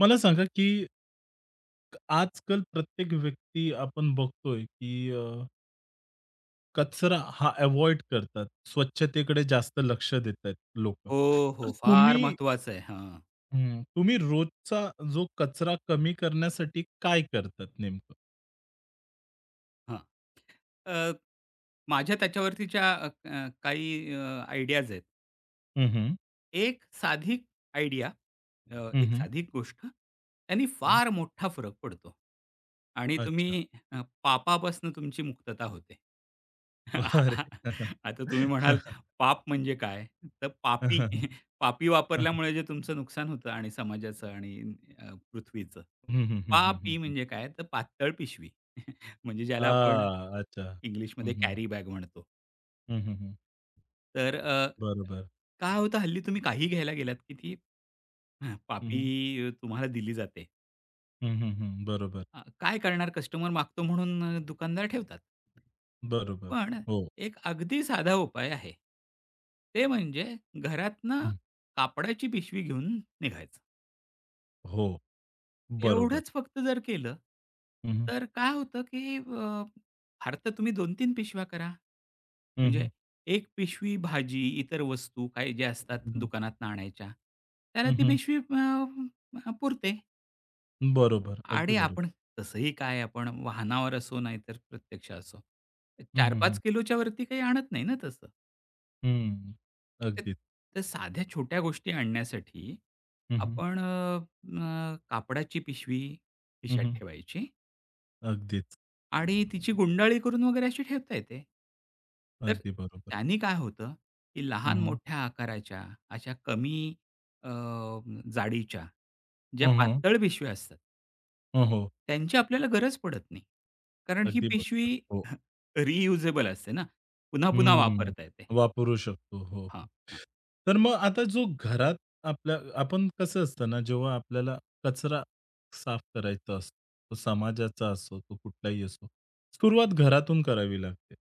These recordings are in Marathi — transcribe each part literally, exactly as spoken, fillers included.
मला सांगा, की आजकाल प्रत्येक व्यक्ती आपण बघतोय, की अ, कचरा हा अव्हॉइड करतात. स्वच्छतेकडे जास्त लक्ष देतायत लोकं. हो, हो. तर फार तुम्ही महत्वाचं आहे. हां, हं, तुम्ही रोजचा जो कचरा कमी करण्यासाठी काय करतात नेमकं? हां. अ, माझ्या त्याच्यावरतीच्या अ, अ, काही आयडियाज आहेत. हं, हं. एक साधी आयडिया अ, एक हं, साधी गोष्ट त्यांनी फार मोठा फरक पडतो. आणि अच्छा. तुम्ही अ, पापापासून तुमची मुक्तता होते. अरे! आता तुम्ही म्हणाल, "पाप म्हणजे काय?" तर पापी पापी वापरल्यामुळे जे तुमचं नुकसान होतं आणि समाजाचं आणि अ, पृथ्वीचं पा-पी म्हणजे काय? तर पातळ पिशवी. म्हणजे आ, ज्याला आपण अच्छा. हं, इंग्लिशमध्ये हं. कॅरी बॅग म्हणतो. हं, हं, तर अ, बरोबर. काय होतं हल्ली तुम्ही काही घ्यायला गेलात की ती हं, हं, हं. पापी अ, तुम्हाला दिली जाते. हं, बरोबर. अ, काय करणार कस्टमर मागतो म्हणून अ, दुकानदार ठेवतात. बरोबर. पण हो. एक अगदी साधा उपाय आहे. ते म्हणजे घरातनं कापडाची पिशवी घेऊन निघायचं. हो, बरोबर. एवढंच फक्त जर केलं, हं, हं. तर काय होतं, की अ, फार तर तुम्ही दोन-तीन पिशव्या करा. हं, म्हणजे हं. एक पिशवी भाजी, इतर वस्तू काही ज्या असतात हं. दुकानात आणायच्या, त्याला हं, ती हं. पिशवी अ, अ, पुरते. बरोबर. अगदी आणि बरोबर. आपण तसंही काय आपण वाहनावर असो नाहीतर प्रत्यक्ष असो, हं, हं, चार-पाच हं. किलोच्या वरती काही आणत नाही ना तसं. हं. तर अगदीच. तर साध्या छोट्या गोष्टी आणण्यासाठी हं, हं. आपण अ, अ, कापडाची पिशवी हं, खिशात हं. ठेवायची. अगदीच. आणि तिची गुंडाळी करून वगैरे अशी ठेवता येते. तर अगदी बरोबर. त्यानी काय होतं, की हं, हं. लहान-मोठ्या आकाराच्या अशा कमी अ, जाडीच्या ज्या हं, हं. पातळ पिशव्या असतात हं, हो, त्यांची आपल्याला गरज पडत नाही. कारण ही अगदी पिशवी बरोबर. हो. रियुजेबल असते ना. पुन्हा-पुन्हा हम्म. वापरता येते. वापरू शकतो. हो, हां, हो. हां. तर मग आता जो घरात आपल्या आपण कसं असतं ना, जेव्हा आपल्याला कचरा साफ करायचा असतो, तो समाजाचा असो, तो कुठलाही असो, सुरुवात घरातून करावी लागते.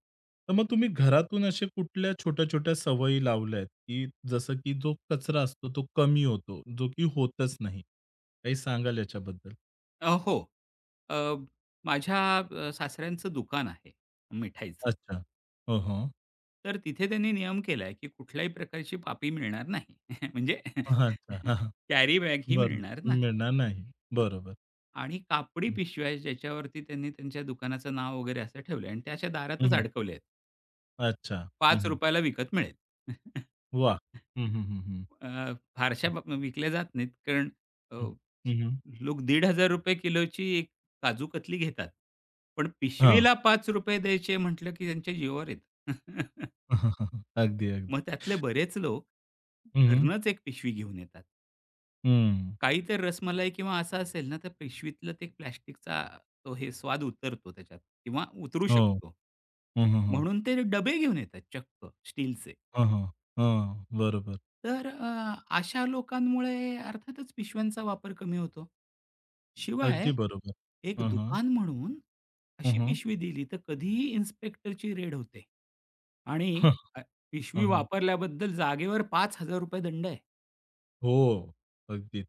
तर मग तुम्ही घरातून अशा कुठल्या छोट्या-छोट्या सवयी लावल्या आहेत, की जसं की जो कचरा असतो तो कमी होतो, जो की होतच नाही? काही सांगाल याच्याबद्दल? अ, हो. अ, माझ्या अ, सासऱ्यांचं दुकान आहे मिठाईचं. अच्छा. हो, हो. तर तिथे त्यांनी नियम केलाय, की कुठल्याही प्रकारची पापी मिळणार नाही. म्हणजे अच्छा. हां, हां. कॅरी बॅग ही बरं. मिळणार नाही. मिळणार नाही. हां. बरोबर. आणि कापडी हं. पिशव्या आहे ज्याच्यावरती त्यांनी त्यांच्या दुकानाचं नाव वगैरे असं ठेवलंय आणि त्या अशा दारातच अडकवल्या आहेत. अच्छा. हं, पाच हं. ला विकत मिळेल. वाह! हं, हं, हं, हं. अ, फारशा ब विकल्या जात नाहीत. कारण अ, हं, हं, हं. लोक ₹एक हजार पाचशे किलोची एक काजू कतली घेतात. पण हां. पिशवीला ₹पाच द्यायचे म्हटलं, की त्यांच्या जीवावर येतं. अगदी, अगदी. मग त्यातले बरेच लोक हं, हं. घरनंच एक पिशवी घेऊन येतात. हं. काही तर रसमलाई किंवा असं असेल ना, तर पिशवीतलं ते प्लास्टिकचा तो हे स्वाद उतरतो त्याच्यात किंवा उतरू हो. शकतो. हं, हं, हं. म्हणून ते डबे घेऊन येतात चक्क स्टीलचे. हं, हं. हं. बरोबर. तर अ, अशा लोकांमुळे अर्थातच पिशव्यांचा वापर कमी होतो. शिवाय अगदी बरोबर. एक हं, हं. दुकान म्हणून हं, अशी हं. पिशवी दिली तर कधीही इन्स्पेक्टरची रेड होते आणि अ, पिशवी हं, हं. वापरल्याबद्दल जागेवर ₹पाच हजार दंड आहे. हो. अगदीच.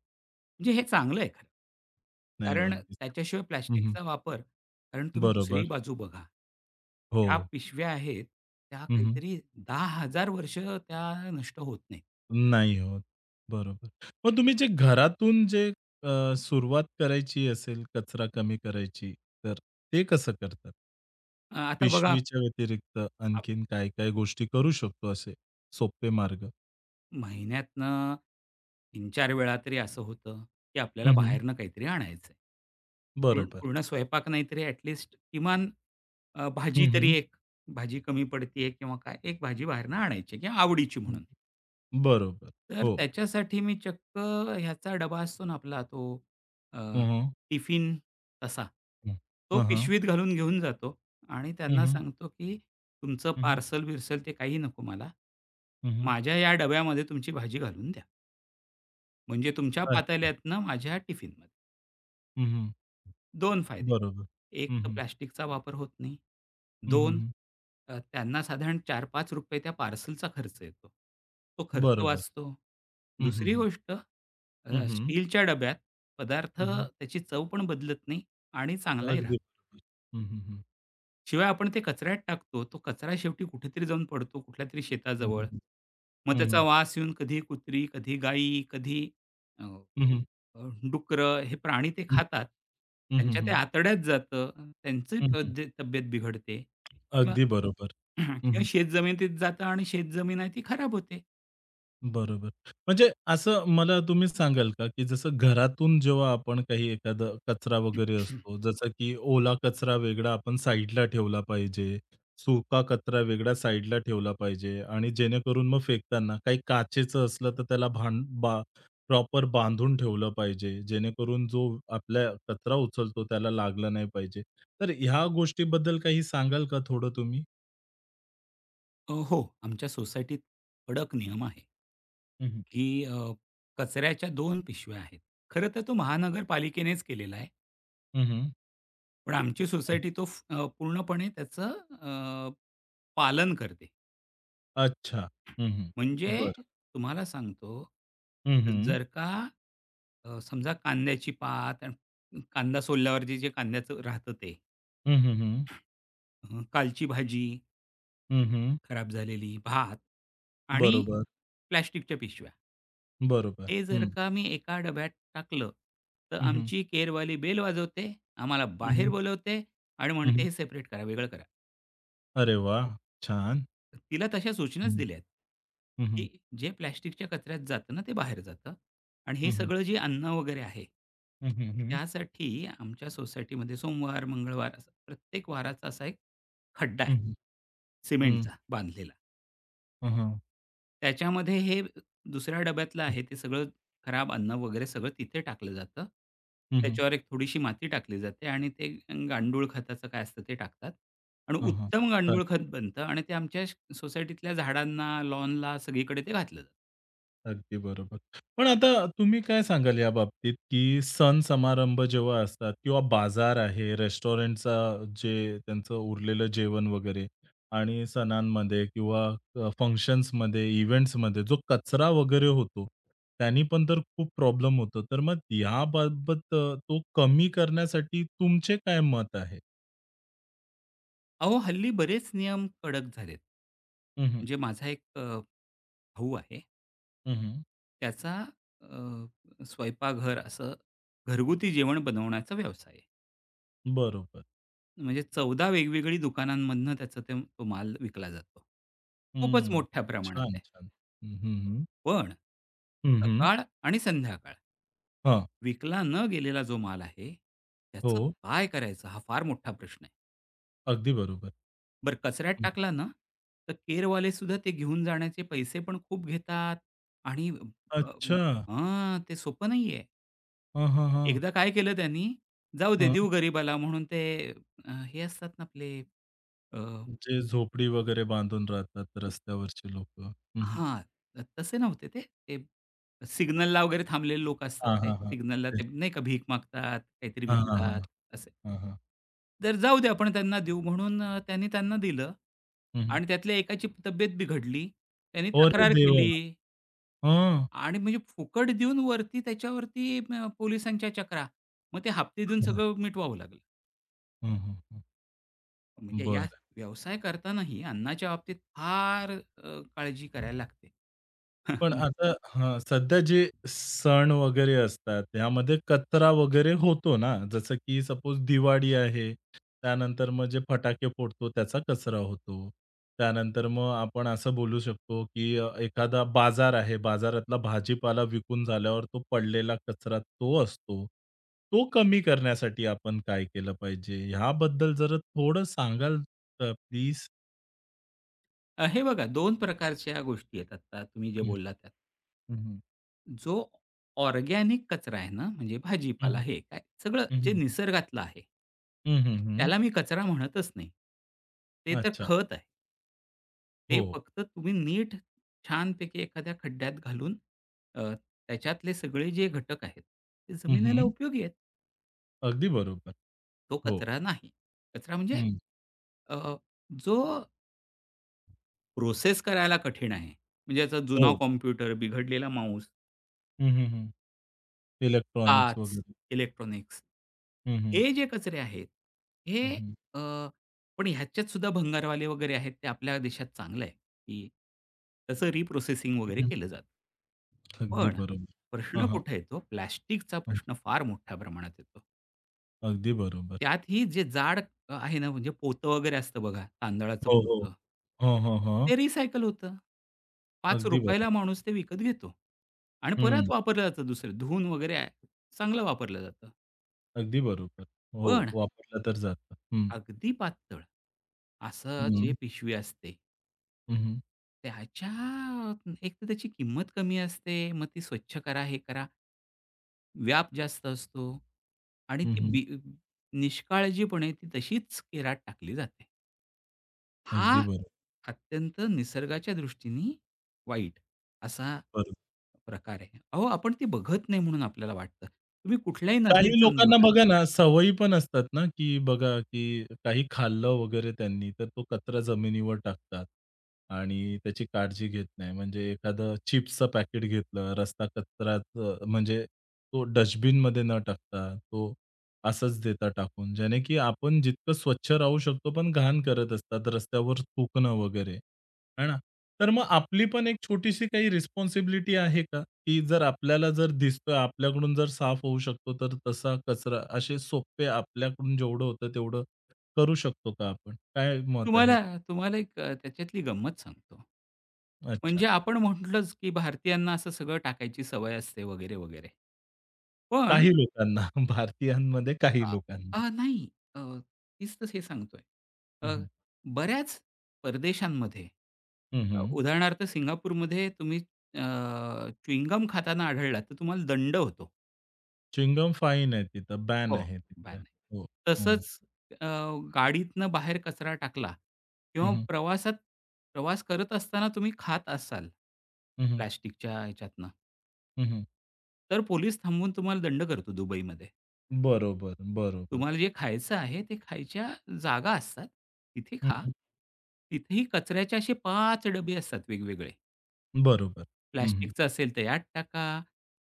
म्हणजे हे चांगलं आहे खरं. नाही कारण अगदीच. त्याच्याशिवाय हं, हं. प्लास्टिकचा वापर कारण तुम्ही दुसरी बरोबर. बाजू बघा. हो. त्या पिशव्या आहेत, त्या हं, हं. काहीतरी दहा हजार वर्ष त्या नष्ट होत नाहीत. नाही होत. बरोबर. मग तुम्ही जे घरातून जे अ, सुरुवात करायची असेल कचरा कमी करायची, तर ते कसं करतात? अ, आता बघा पिशवीच्या व्यतिरिक्त आप आणखीन काय, काय गोष्टी करू शकतो असे सोपे मार्ग? महिन्यातनं तीन-चार वेळा तरी असं होतं, की आपल्याला हं, हं. बाहेरनं काहीतरी आणायचंय. पूर्ण बरोबर. पूर्ण स्वयंपाक नाही तरी ॲट किमान अ, भाजी हं, तरी हं. एक भाजी कमी पडतीये किंवा काय, एक भाजी बाहेरनं आणायची किंवा आवडीची हं. म्हणून. बरोबर. तर हो. त्याच्यासाठी मी चक्क ह्याचा डबा असतो ना आपला तो अ, हं, हं. टिफिन तसा. हं. तो हं, हं. पिशवीत घालून घेऊन जातो आणि हं, त्यांना हं. सांगतो, की तुमचं हं, हं. पार्सल-बिर्सल ते काही नको मला. हं, हं. माझ्या या डब्यामध्ये तुमची भाजी घालून द्या. म्हणजे तुमच्या अच्छा. पातेल्यातनं माझ्या टिफिनमध्ये. हं, हं. दोन फायदे. बरोबर. एक हं, तर हं. प्लास्टिकचा वापर होत नाही. हं, हं, दोन हं. अ, त्यांना साधारण चार पाच 5 त्या पार्सलचा खर्च येतो. तो खर्च बरोबर. वाचतो. हं, हं, दुसरी हं. गोष्ट अ, हं, हं. स्टीलच्या डब्यात पदार्थ हं, हं. त्याची चव पण बदलत नाही आणि चांगलाही अगदी राहतो. बरोबर. हं, हं, हं. शिवाय आपण ते कचऱ्यात टाकतो. तो कचरा शेवटी कुठेतरी जाऊन पडतो कुठल्यातरी हं, शेताजवळ. हं, हं. मग हं, त्याचा हं. वास येऊन कधी कुत्री, कधी गायी, कधी अ हं, हं. अ, हे प्राणी ते खातात. हं, हं, त्यांच्या ते हं. आतड्यात जातं. त्यांची हं, हं. तब्ये तब्येत बिघडते किंवा अगदी बरोबर. हं, किंवा हं. शेतजमिनीत जातं आणि शेतजमीन आहे ती खराब होते. बरोबर. म्हणजे असं मला तुम्ही सांगाल का, की जसं घरातून जेव्हा आपण काही एखादा कचरा वगैरे असतो, जसं की ओला कचरा वेगळा आपण साइडला ठेवला पाहिजे, सुका कचरा वेगळा साइडला ठेवला पाहिजे आणि जेणेकरून मग फेकताना काही काचेचं असलं तर त्याला भांड बा प्रॉपर बांधून ठेवलं पाहिजे, जेणेकरून जो आपल्या कचरा उचलतो त्याला लागला नाही पाहिजे. तर ह्या गोष्टीबद्दल काही सांगाल का थोडं तुम्ही? अ, हो, आमच्या सोसायटीत कडक नियम आहे, हं, हं. की अ, कचऱ्याच्या दोन पिशव्या आहेत. खरं तर तो महानगरपालिकेनेच केलेला आहे. हं, हं. पण आमची सोसायटी तो फ अ, पूर्णपणे त्याचं अ, पालन करते. अच्छा. हं, हं. म्हणजे बरं. तुम्हाला सांगतो, हं, जर का अ, समजा कांद्याची पात आणि कांदा सोलल्यावरती जे कांद्याचं राहतं ते, हं, हं, हं. अ, कालची भाजी हं, हं. खराब झालेली, भात आणि बरोबर, प्लास्टिकच्या पिशव्या. बरोबर. हे जर हं. का मी एका डब्यात टाकलं, तर हं, हं. आमची केअरवाली बेल वाजवते, आम्हाला हं, बाहेर हं. बोलवते आणि हं, म्हणते, हं. "हे सेपरेट करा, वेगळं करा." अरे वाह! छान. तिला तशा सूचनाच हं. दिल्यात, हं, हं. की जे प्लास्टिकच्या कचऱ्यात जातं ना, ते बाहेर जातं आणि हे हं, हं. सगळं जे अन्न वगैरे आहे, हं, हं, हं. त्यासाठी आमच्या सोसायटीमध्ये सोमवार, मंगळवार असा प्रत्येक वाराचा असा एक खड्डा आहे हं, हं. हं. सिमेंटचा बांधलेला. हं, हं. त्याच्यामध्ये हे दुसऱ्या डब्यातलं आहे ते सगळं खराब अन्न वगैरे सगळं तिथे टाकलं जातं. हं, हं. त्याच्यावर एक थोडीशी माती टाकली जाते आणि ते गांडूळ खताचं काय असतं ते टाकतात आणि हं, हं. उत्तम गांडूळ खत बनतं आणि ते आमच्या श- सोसायटीतल्या झाडांना, लॉनला सगळीकडे ते घातलं जातं. अगदी बरोबर. पण आता तुम्ही काय सांगाल या बाबतीत, की सण समारंभ जेव्हा असतात किंवा बाजार आहे, रेस्टॉरंटचा जे त्यांचं उरलेलं जेवण वगैरे आणि सणांमध्ये किंवा अ, फंक्शन्समध्ये, इव्हेंट्समध्ये जो कचरा वगैरे होतो, त्यांनी पण तर खूप प्रॉब्लेम होतो. तर मग याबाबत अ, तो कमी करण्यासाठी तुमचे काय मत आहे? अहो, हल्ली बरेच नियम कडक झालेत. हं, हं. म्हणजे माझा एक अ, भाऊ आहे. त्याचा अ, स्वयंपाकघर असं घरगुती जेवण बनवण्याचा व्यवसाय आहे. बरोबर. म्हणजे चौदा वेगवेगळी दुकानांमधनं त्याचा ते तो माल विकला जातो. खूपच हं. मोठ्या प्रमाणात छान, आहे. छान. हं, हं, हं. पण हं, सकाळ आणि संध्याकाळ विकला न गेलेला जो माल आहे, त्याचं हो. काय करायचं हा फार मोठा प्रश्न आहे. अगदी बरोबर. बरं कचऱ्यात टाकला ना, तर केरवाले सुद्धा ते घेऊन जाण्याचे पैसे पण खूप घेतात आणि अ, अच्छा. हां, ते सोपं नाहीये. हां, हां, हां. एकदा काय केलं त्यांनी, जाऊ दे हां. देऊ गरीबाला म्हणून ते अ, हे असतात ना आपले जे झोपडी वगैरे बांधून राहतात रस्त्यावरचे लोकं. हं, हं. हां, तसे नव्हते ते. ते सिग्नलला वगैरे थांबलेले लोक असतात हां, ते. हां, हां. सिग्नलला तेच. ते नाही का भीक मागतात, काहीतरी हां, हां, विकतात हां. असे. हां, हां. तर जाऊ दे आपण त्यांना देऊ म्हणून अ, त्यांनी त्यांना दिलं हं, हं. आणि त्यातल्या एकाची तब्येत बिघडली. त्यांनी अरे तक्रार केली देवा! हां. आणि म्हणजे फुकट देऊन वरती त्याच्यावरती अ, पोलिसांच्या चकरा. मग ते हप्ते देऊन सगळं मिटवावं लागलं. हं, हं, हं. म्हणजे या बरं. व्यवसाय करतानाही अन्नाच्या बाबतीत फार अ, काळजी करायला लागते. पण आता हां, सध्या जे सण वगैरे असतात, त्यामध्ये कचरा वगैरे होतो ना, जसं की सपोज दिवाळी आहे, त्यानंतर मग जे फटाके फोडतो त्याचा कचरा होतो. त्यानंतर मग आपण असं बोलू शकतो, की अ, एखादा बाजार आहे, बाजारातला भाजीपाला विकून झाल्यावर तो पडलेला कचरा तो असतो. तो कमी करण्यासाठी आपण काय केलं पाहिजे? ह्याबद्दल जरा थोडं सांगाल प्लीज? अ, हे बघा दोन प्रकारच्या गोष्टी आहेत आता तुम्ही जे हं, बोललात त्यात. हं, हं. जो ऑर्गॅनिक कचरा आहे ना, म्हणजे हं, भाजीपाला हं. हे काय सगळं जे हं, हं. निसर्गातलं आहे. त्याला मी कचरा म्हणतच नाही. ते तर अच्छा. खत आहे. ते हो. फक्त तुम्ही नीट छानपैकी एखाद्या खड्ड्यात घालून अ, त्याच्यातले सगळे जे घटक आहेत, ते हं, जमिनीला हं. उपयोगी आहेत. अगदी बरोबर. तो हो. कचरा नाही. कचरा म्हणजे हं. अ, जो प्रोसेस करायला कठीण आहे. म्हणजे याचा जुना हो. कॉम्प्युटर, बिघडलेला माऊस हं, हं, हं. इलेक्ट्रॉनिक्स काच, वगैरे. इलेक्ट्रॉनिक्स. हं, हं. हे जे कचरे आहेत, हं, हे हं. अ, पण ह्याच्यात सुद्धा भंगारवाले वगैरे आहेत, ते आपल्या देशात चांगलं आहे, की त्याचं रिप्रोसेसिंग वगैरे हं, हं. केलं जातं. अगदी पण बरोबर. प्रश्न हां, हां. कुठे येतो? प्लास्टिकचा हं. प्रश्न फार मोठ्या प्रमाणात येतो. अगदी बरोबर. त्यातही जे जाड अ, आहे ना, म्हणजे पोतं वगैरे असतं बघा, तांदळाचं हो, हो. पोतं. हां, हां, हां. ते रिसायकल होतं. ₹पाच अगदी बरोबर. ला माणूस ते विकत घेतो आणि परत हं. वापरलं जातं दुसरं धुवून वगैरे आहे, चांगलं वापरलं जातं. अगदी बरोबर. हो, पण वापरलं तर जातं. हं. अगदी पातळ, असं जे हं. पिशवी असते, हं, हं. त्याच्या एक तर त्याची किंमत कमी असते, मग ती स्वच्छ करा, हे करा, व्याप जास्त असतो आणि हं, ती हं. बी निष्काळजीपणे ती तशीच केरात टाकली जाते. हा अगदी अत्यंत निसर्गाच्या दृष्टीने वाईट असा बरोबर. प्रकार आहे. अहो, आपण ती बघत नाही म्हणून आपल्याला वाटतं. तुम्ही कुठल्याही नदीत काही जाऊन लोकांना बघा. बघा ना, सवयी पण असतात ना, की बघा, की काही खाल्लं वगैरे त्यांनी, तर तो कचरा जमिनीवर टाकतात आणि त्याची काळजी घेत नाही. म्हणजे एखादं चिप्सचं पॅकेट घेतलं, रस्ता कचराचं म्हणजे तो डस्टबिनमध्ये न टाकता, तो असंच देता टाकून, ज्याने की आपण जितकं स्वच्छ राहू शकतो, पण घाण करत असतात, रस्त्यावर थुंकणं वगैरे, है ना? तर मग आपली पण एक छोटीशी काही रिस्पॉन्सिबिलिटी आहे का? की जर आपल्याला जर दिसतोय, आपल्याकडून जर साफ होऊ शकतो, तर तसा कचरा असे सोपे आपल्याकडून जेवढं होतं तेवढं करू शकतो का आपण? काय मत आहे? तुम्हाला तुम्हाला एक अ, त्याच्यातली गंमत सांगतो. अच्छा. म्हणजे आपण म्हटलंच, की भारतीयांना असं सगळं टाकायची सवय असते वगैरे, वगैरे. पण काही लोकांना, भारतीयांमध्ये अ, काही लोकांना. अ, नाही अ, तीच तर हे सांगतोय. हं, अ, हं. बऱ्याच परदेशांमध्ये अ, हं, उदाहरणार्थ सिंगापूरमध्ये तुम्ही अ, खाताना आढळलात, तर तुम्हाला दंड होतो. फाईन आहे तिथं, बॅन हो. आहे बॅन तिथे. आहे. हो. हं. तसंच अ, गाडीतनं बाहेर कचरा टाकला किंवा हं, हं. प्रवासात प्रवास करत असताना तुम्ही खात असाल, हं, प्लास्टिकच्या ह्याच्यातनं तर पोलीस थांबवून तुम्हाला दंड करतो दुबईमध्ये. बरोबर, बरोबर. तुम्हाला जे खायचं आहे, ते खायच्या जागा असतात, तिथे खा. हं, तिथेही कचऱ्याचे असे पाच डबे असतात वेगवेगळे. बरोबर. हं, हं. प्लास्टिकचं असेल तर यात टाका,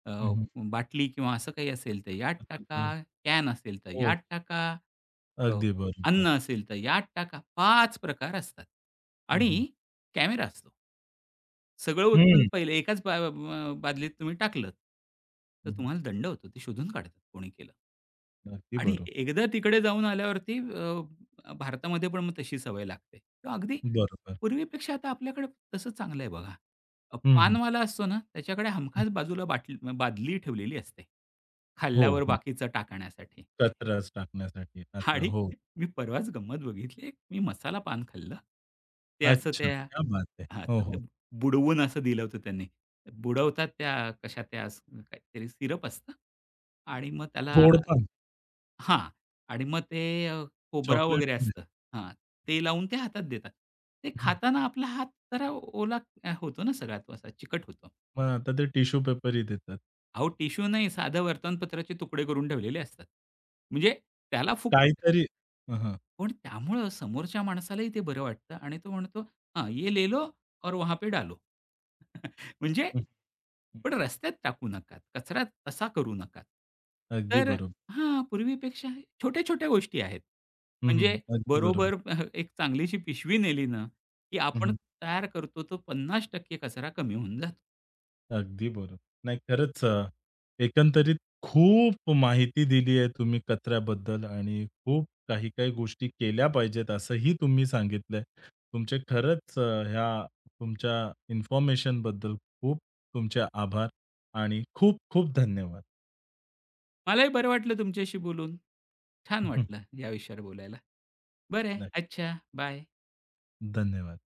अ, हं, बाटली किंवा असं काही असेल तर यात टाका, तर कॅन असेल तर हो, यात टाका, अ, अगदी अन्न बरोबर. असेल तर यात टाका. पाच प्रकार असतात हं, हं. आणि कॅमेरा असतो. सगळं उचलून हं. पहिले एकाच बा अ, बादलीत तुम्ही टाकलत, तर तुम्हाला दंड होतो. ते शोधून काढतात कोणी केलं. अगदी आणि बरोबर. एकदा तिकडे जाऊन आल्यावरती अ, भारतामध्ये पण मग तशी सवय लागते. तेव्हा अगदी बरोबर. पूर्वीपेक्षा आता आपल्याकडे तसं चांगलं आहे बघा. अ, हं, पानवाला असतो ना, त्याच्याकडे हं. हमखास बाजूला बाटली बादली ठेवलेली असते, हो, खाल्ल्यावर हो. बाकीचं टाकण्यासाठी. कचराच टाकण्यासाठी आता आणि हो. मी परवाच गंमत बघितली. एक मी मसाला पान खाल्लं. ते असं अच्छा, त्या क्या बात है! हां, हो, तर ते हो. बुडवून असं दिलं होतं त्यांनी. बुडवतात त्या कशा त्या अस- काहीतरी सिरप असतं आणि मग त्याला गोड पण, हां. आणि मग ते अ, खोबरा चॉकलेट वगैरे पण असतं. देतात. हां. ते लावून ते हातात देतात. ते हं. खाताना आपला हात जरा ओला अ, होतो ना सगळा तो असा चिकट होतो. मग आता ते टिश्यू पेपरही देतात. अहो टिश्यू नाही साधं वर्तमानपत्राचे तुकडे करून ठेवलेले असतात. म्हणजे त्याला फुकट. काहीतरी हां, हां. पण त्यामुळं समोरच्या माणसालाही ते बरं वाटतं आणि तो म्हणतो, "हां, ये ले लो और वहाँ पे डालो." म्हणजे हं, हं. पण रस्त्यात टाकू नका. कचरा तसा करू नका. अगदी तर बरोबर. हां, पूर्वीपेक्षा छोट्या-छोट्या गोष्टी आहेत. हं, हं. म्हणजे अगदी बरोबर. बरोबर अह, एक चांगलीशी पिशवी नेली ना, की हं, आपण हं. तयार करतो तो पन्नास टक्के कचरा कमी होऊन जातो. अगदी बरोबर. नाही खरंच अ, एकंदरीत खूप माहिती दिली आहे तुम्ही कचऱ्याबद्दल आणि खूप काही-काही गोष्टी केल्या पाहिजेत असंही तुम्ही सांगितलंय. तुमचे खरंच अ, ह्या तुमच्या इन्फॉर्मेशनबद्दल खूप तुमचे आभार आणि खूप-खूप धन्यवाद. मलाही बरं वाटलं तुमच्याशी बोलून. छान वाटलं या विषयावर बोलायला. बरं आहे. नाही, अच्छा. बाय. धन्यवाद.